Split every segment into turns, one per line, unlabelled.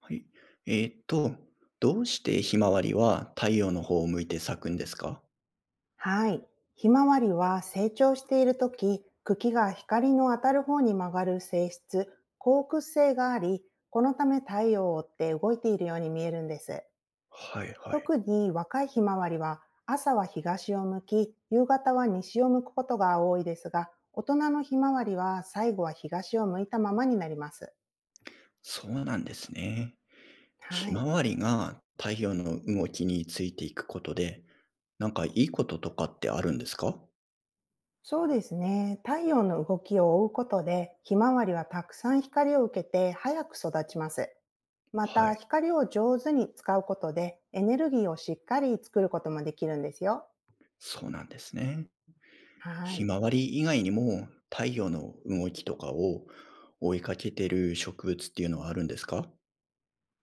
はい。えーっと、どうしてひまわりは太陽の方を向いて咲くんですか？
はい。ひまわりは成長しているとき、茎が光の当たる方に曲がる性質、光屈性があり、このため太陽を追って動いているように見えるんです。
はいはい。
特に若いひまわりは朝は東を向き、夕方は西を向くことが多いですが、大人のひまわりは最後は東を向いたままになります。
そうなんですね。
は
ひま
い。
わりが太陽の動きについていくことで、なんかいいこととかってあるんですか？
そうですね。太陽の動きを追うことで、ひまわりはたくさん光を受けて早く育ちます。ま
は
た、
い。
光を上手に使うことで、エネルギーをしっかり作ることもできるんですよ。
そうなんですね。
は
ひ
い。
まわり以外にも太陽の動きとかを追いかけてる植物っていうのはあるんですか？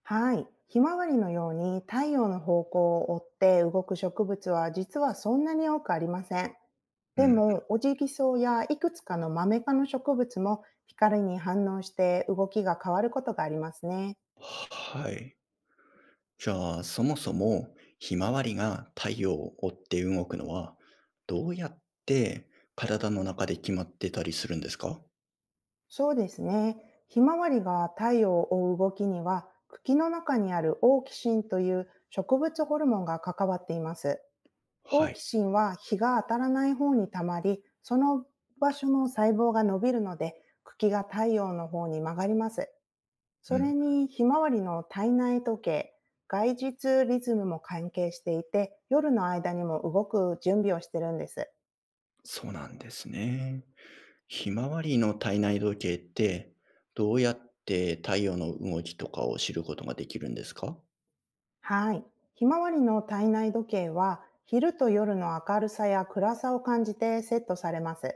はい。ひまわりのように太陽の方向を追って動く植物は実はそんなに多くありません。
う
で
ん。
も、オジギソウやいくつかのマメ科の植物も光に反応して動きが変わることがありますね。
はい。じゃあ、そもそもひまわりが太陽を追って動くのは、どうやって体の中で決まってたりするんですか？
そうですね。ひまわりが太陽を追う動きには、茎の中にあるオーキシンという植物ホルモンが関わっています。
は
好
い。
奇心は日が当たらない方に溜まり、その場所の細胞が伸びるので、茎が太陽の方に曲がります。
う
それ
ん。
に、ひまわりの体内時計、外日リズムも関係していて、夜の間にも動く準備をしてるんです。
そうなんですね。ひまわりの体内時計って、どうやって太陽の動きとかを知ることができるんですか？
はい。ひまわりの体内時計は、昼と夜の明るさや暗さを感じてセットされます。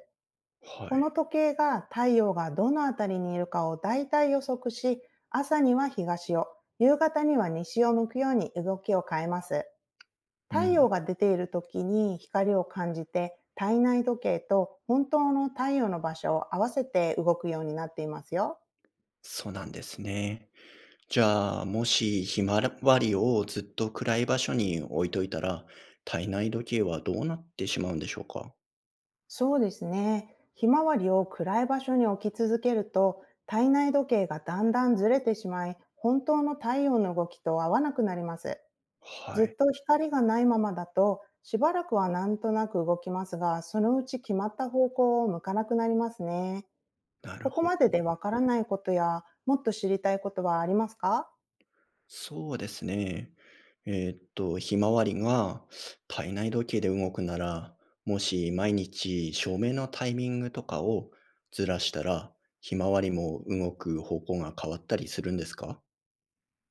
は
この
い。
時計が太陽がどのあたりにいるかを大体予測し、朝には東を、夕方には西を向くように動きを変えます。
う
太
ん。
陽が出ている時に光を感じて、体内時計と本当の太陽の場所を合わせて動くようになっていますよ。
そうなんですね。じゃあ、もしひまわりをずっと暗い場所に置いといたら、体内時計はどうなってしまうんでしょうか？
そうですね。ひまわりを暗い場所に置き続けると、体内時計がだんだんずれてしまい、本当の太陽の動きと合わなくなります。
は
ずっ
い。
と光がないままだと、しばらくはなんとなく動きますが、そのうち決まった方向を向かなくなりますね。
なる
ここ
ほど。
まででわからないことや、もっと知りたいことはありますか？
そうですね。ひまわりが体内時計で動くなら、もし毎日照明のタイミングとかをずらしたら、ひまわりも動く方向が変わったりするんですか？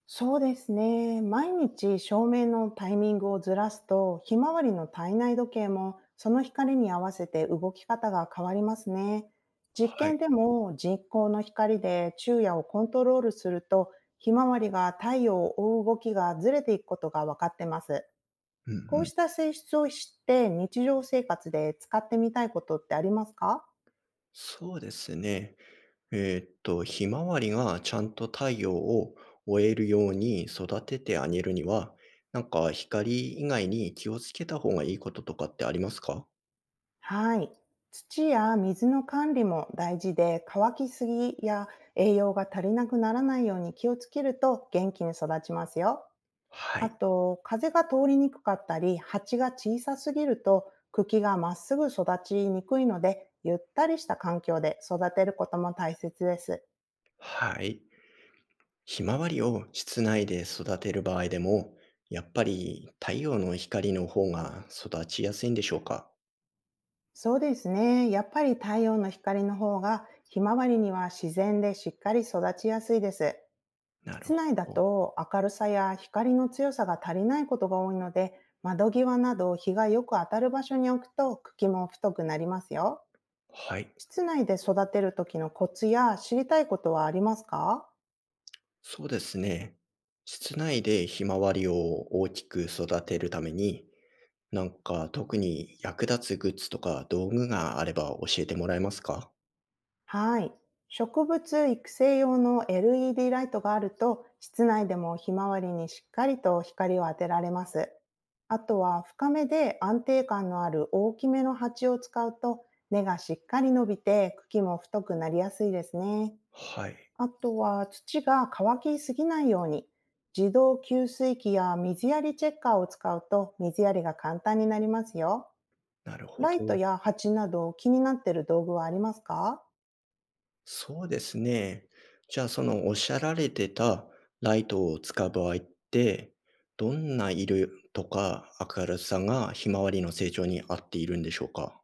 そうですね。毎日照明のタイミングをずらすと、ひまわりの体内時計もその光に合わせて動き方が変わりますね。実
は
験
い。
でも人工の光で昼夜をコントロールすると、ひまわりが太陽を追う動きがずれていくことが分かってます。
うんう
こう
ん。
した性質を知って日常生活で使ってみたいことってありますか？
そうですね。ひまわりがちゃんと太陽を追えるように育ててあげるには、なんか光以外に気をつけた方がいいこととかってありますか？
はい。土や水の管理も大事で、乾きすぎや栄養が足りなくならないように気をつけると元気に育ちますよ。
は
あ
い。
と、風が通りにくかったり、鉢が小さすぎると茎がまっすぐ育ちにくいので、ゆったりした環境で育てることも大切です。
はい。ひまわりを室内で育てる場合でも、やっぱり太陽の光の方が育ちやすいんでしょうか？
そうですね。やっぱり太陽の光の方がひまわりには自然でしっかり育ちやすいです。
なる
室
ほ
内だ
ど。
と明るさや光の強さが足りないことが多いので、窓際など日がよく当たる場所に置くと茎も太くなりますよ。
はい、
室内で育てる時のコツや知りたいことはありますか？
そうですね。室内でひまわりを大きく育てるために、なんか特に役立つグッズとか道具があれば教えてもらえますか？
はい。植物育成用の LED ライトがあると、室内でもひまわりにしっかりと光を当てられます。あとは深めで安定感のある大きめの鉢を使うと、根がしっかり伸びて茎も太くなりやすいですね。
はい、
あとは土が乾きすぎないように、自動給水器や水やりチェッカーを使うと水やりが簡単になりますよ。
なるほ
ライト
ど。
や鉢など気になっている道具はありますか？
そうですね。じゃあ、そのおっしゃられてたライトを使う場合って、どんな色とか明るさがひまわりの成長に合っているんでしょうか？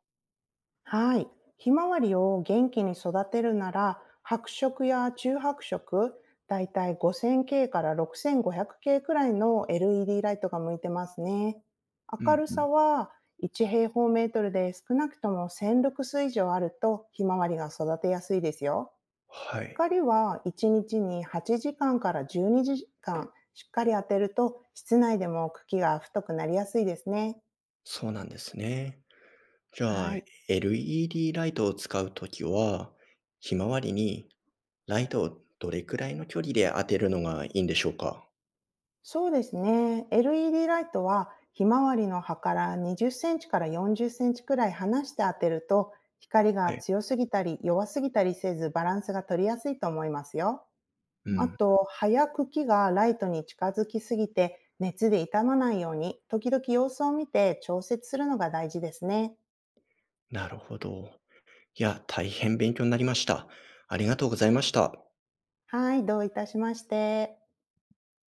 はい。ひまわりを元気に育てるなら、白色や中白色、だいたい 5000K から 6500K くせんごひゃくケーくらいの LED ライトが向いてますね。
う
明
ん
る
う
さ
ん。
は1平方メートルで少なくとも1000ルクス以上あるとひまわりが育てやすいですよ。
はい、
光は1日に8時間かんから12時間しっかり当てると室内でも茎が太くなりやすいですね。
そうなんですね。じゃあ、
はい。
LED ライトを使うときは、ひまわりにライトをどれくらいの距離で当てるのがいいんでしょうか？
そうですね。LED ライトは、ひまわりの葉から20センチから40センチくらい離して当てると、光が
はい。
強すぎたり弱すぎたりせずバランスが取りやすいと思いますよ。
う
あ
ん。
と、葉や茎がライトに近づきすぎて熱で傷まないように、時々様子を見て調節するのが大事ですね。
なるほど。いや、大変勉強になりました。ありがとうございました。
はい、どういたしまして。